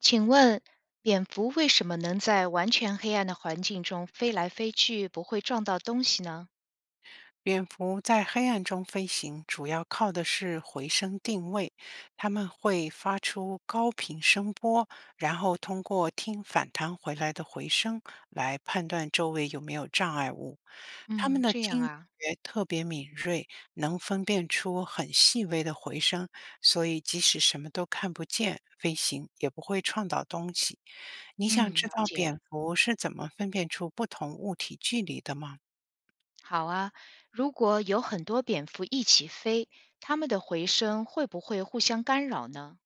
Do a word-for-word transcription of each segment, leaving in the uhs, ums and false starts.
请问，蝙蝠为什么能在完全黑暗的环境中飞来飞去，不会撞到东西呢？蝙蝠在黑暗中飞行，主要靠的是回声定位。它们会发出高频声波，然后通过听反弹回来的回声来判断周围有没有障碍物。它们嗯，的这样听啊，觉特别敏锐，能分辨出很细微的回声，所以即使什么都看不见，飞行也不会撞到东西。你想嗯，知了道解。蝙蝠是怎么分辨出不同物体距离的吗？好啊，如果有很多蝙蝠一起飞，它们的回声会不会互相干扰呢？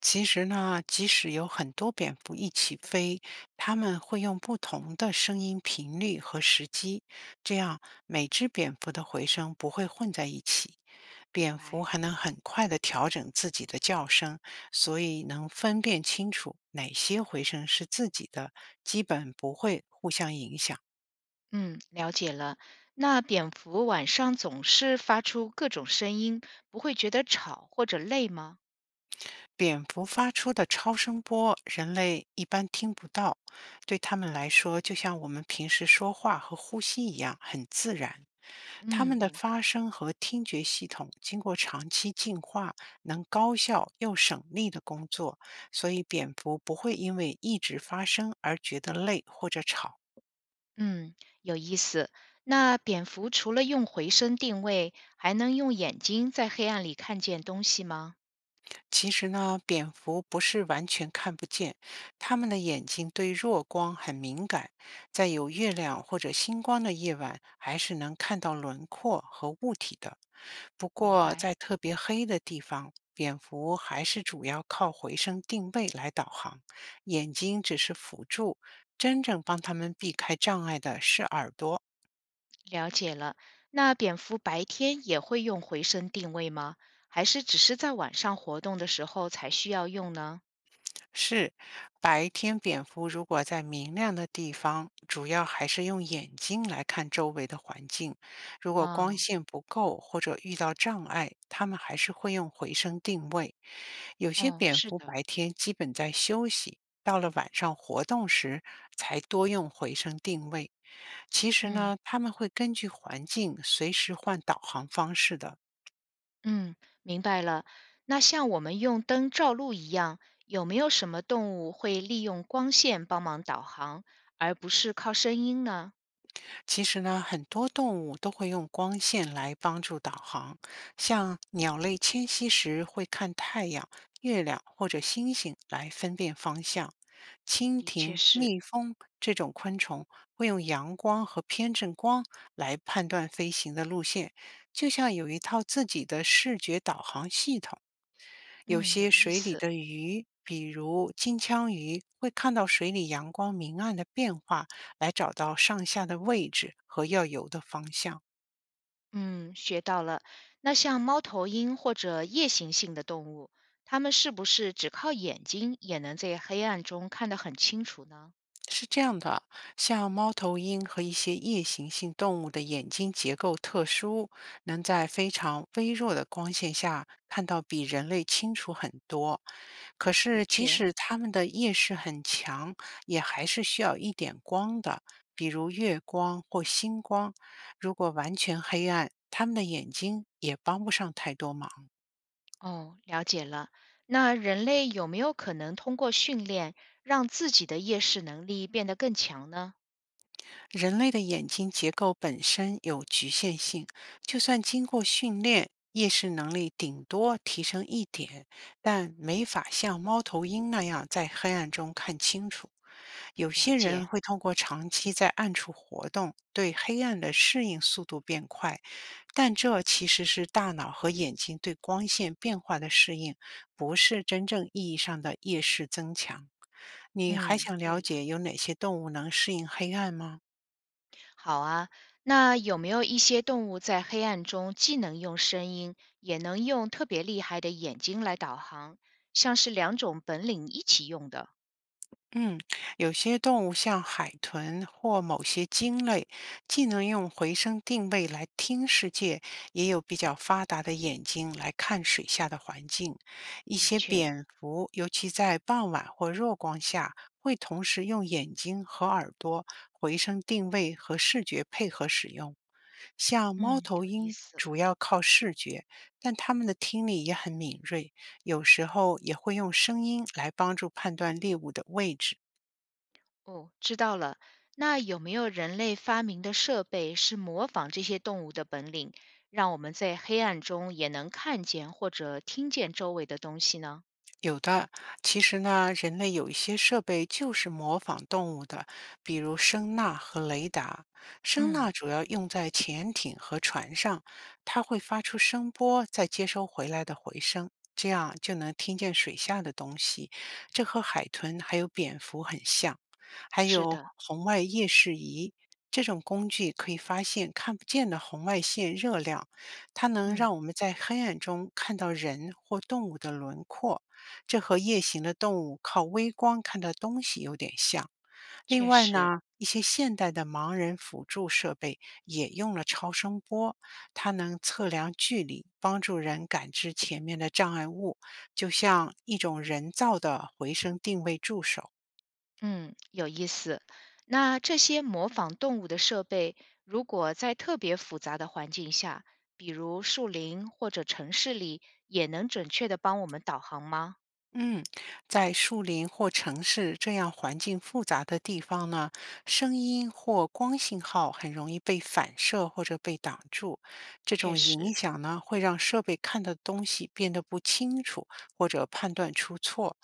其实呢，即使有很多蝙蝠一起飞，它们会用不同的声音频率和时机，这样每只蝙蝠的回声不会混在一起。明蝙蝠白。还能很快地调整自己的叫声，所以能分辨清楚哪些回声是自己的，基本不会互相影响。嗯，了解了。那蝙蝠晚上总是发出各种声音，不会觉得吵或者累吗？蝙蝠发出的超声波，人类一般听不到，对它们来说，就像我们平时说话和呼吸一样，很自然。它们嗯，的明发白。声和听觉系统经过长期进化，能高效又省力的工作，所以蝙蝠不会因为一直发声而觉得累或者吵。嗯，有意思。那蝙蝠除了用回声定位，还能用眼睛在黑暗里看见东西吗？其实呢，蝙蝠不是完全看不见，它们的眼睛对弱光很敏感，在有月亮或者星光的夜晚，还是能看到轮廓和物体的。不明过，白，在特别黑的地方，蝙蝠还是主要靠回声定位来导航，眼睛只是辅助，真正帮它们避开障碍的是耳朵。了解了。那蝙蝠白天也会用回声定位吗？还是只是在晚上活动的时候才需要用呢？是，白天蝙蝠如果在明亮的地方，主要还是用眼睛来看周围的环境。如果光啊，线不够或者遇到障碍，它们还是会用回声定位。有些哦，蝙是蝠的，白天基本在休息，到了晚上活动时才多用回声定位。其实嗯呢，它们会根据环境随时换导航方式的。嗯，明白了。那像我们用灯照路一样，有没有什么动物会利用光线帮忙导航，而不是靠声音呢？其实呢，很多动物都会用光线来帮助导航，像鸟类迁徙时会看太阳、月亮或者星星来分辨方向。蜻的确蜓、是。蜜蜂这种昆虫会用阳光和偏振光来判断飞行的路线，就像有一套自己的视觉导航系统。有嗯，有些意水里思。的鱼，比如金枪鱼，会看到水里阳光明暗的变化，来找到上下的位置和要游的方向。嗯，学到了。那像猫头鹰或者夜行性的动物，它们是不是只靠眼睛也能在黑暗中看得很清楚呢？是这样的啊，像猫头鹰和一些夜行性动物的眼睛结构特殊，能在非常微弱的光线下看到比人类清楚很多。可是，的即确，使它们的夜视很强，也还是需要一点光的，比如月光或星光。如果完全黑暗，它们的眼睛也帮不上太多忙。哦，了解了。那人类有没有可能通过训练让自己的夜视能力变得更强呢？人类的眼睛结构本身有局限性，就算经过训练，夜视能力顶多提升一点，但没法像猫头鹰那样在黑暗中看清楚。有了些人解。会通过长期在暗处活动，对黑暗的适应速度变快，但这其实是大脑和眼睛对光线变化的适应，不是真正意义上的夜视增强。你还嗯，想了对的解有哪些动物能适应黑暗吗？好啊，那有没有一些动物在黑暗中既能用声音，也能用特别厉害的眼睛来导航，像是两种本领一起用的？嗯，有些动物像海豚或某些鲸类，既能用回声定位来听世界，也有比较发达的眼睛来看水下的环境。一的些确，蝙蝠，尤其在傍晚或弱光下，会同时用眼睛和耳朵回声定位和视觉配合使用。像猫嗯，头有意鹰思。主要靠视觉，但它们的听力也很敏锐。有时候也会用声音来帮助判断猎物的位置。哦，知道了。那有没有人类发明的设备是模仿这些动物的本领，让我们在黑暗中也能看见或者听见周围的东西呢？有的，其实呢，人类有一些设备就是模仿动物的，比如声呐和雷达。声呐嗯，主要用在潜艇和船上，它会发出声波，再接收回来的回声，这样就能听见水下的东西。这和海豚还有蝙蝠很像。还是有的，红外夜视仪，这种工具可以发现看不见的红外线热量，它能嗯，让我们在黑暗中看到人或动物的轮廓。这和夜行的动物靠微光看到东西有点像。另确外实。呢，一些现代的盲人辅助设备也用了超声波，它能测量距离，帮助人感知前面的障碍物，就像一种人造的回声定位助手。嗯，有意思。那这些模仿动物的设备，如果在特别复杂的环境下，比如树林或者城市里，也能准确地帮我们导航吗？嗯，在树林或城市这样环境复杂的地方呢，声音或光信号很容易被反射或者被挡住。这确种影实，响呢，会让设备看到的东西变得不清楚，或者判断出错。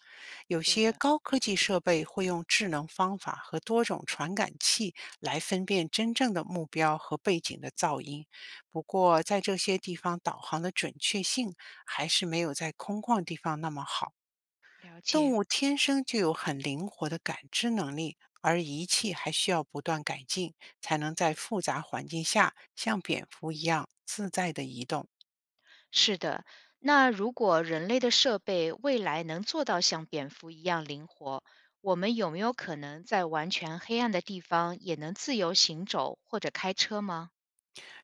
有对些的。高科技设备会用智能方法和多种传感器来分辨真正的目标和背景的噪音。不过，在这些地方，导航的准确性还是没有在空旷地方那么好。了动解。物天生就有很灵活的感知能力，而仪器还需要不断改进，才能在复杂环境下像蝙蝠一样自在地移动。是的，那如果人类的设备未来能做到像蝙蝠一样灵活，我们有没有可能在完全黑暗的地方也能自由行走或者开车吗？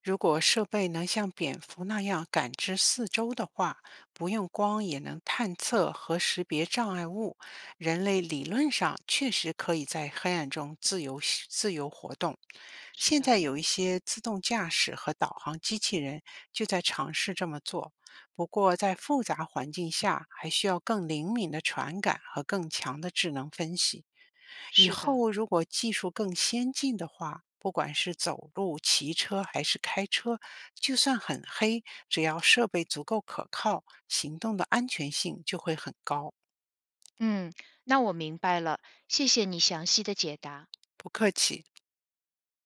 如果设备能像蝙蝠那样感知四周的话，不用光也能探测和识别障碍物，人类理论上确实可以在黑暗中自由自由活动。是现的，在有一些自动驾驶和导航机器人就在尝试这么做，不过在复杂环境下还需要更灵敏的传感和更强的智能分析。以是的。后如果技术更先进的话，不管是走路、骑车还是开车，就算很黑，只要设备足够可靠，行动的安全性就会很高。嗯，那我明白了，谢谢你详细的解答。不客气。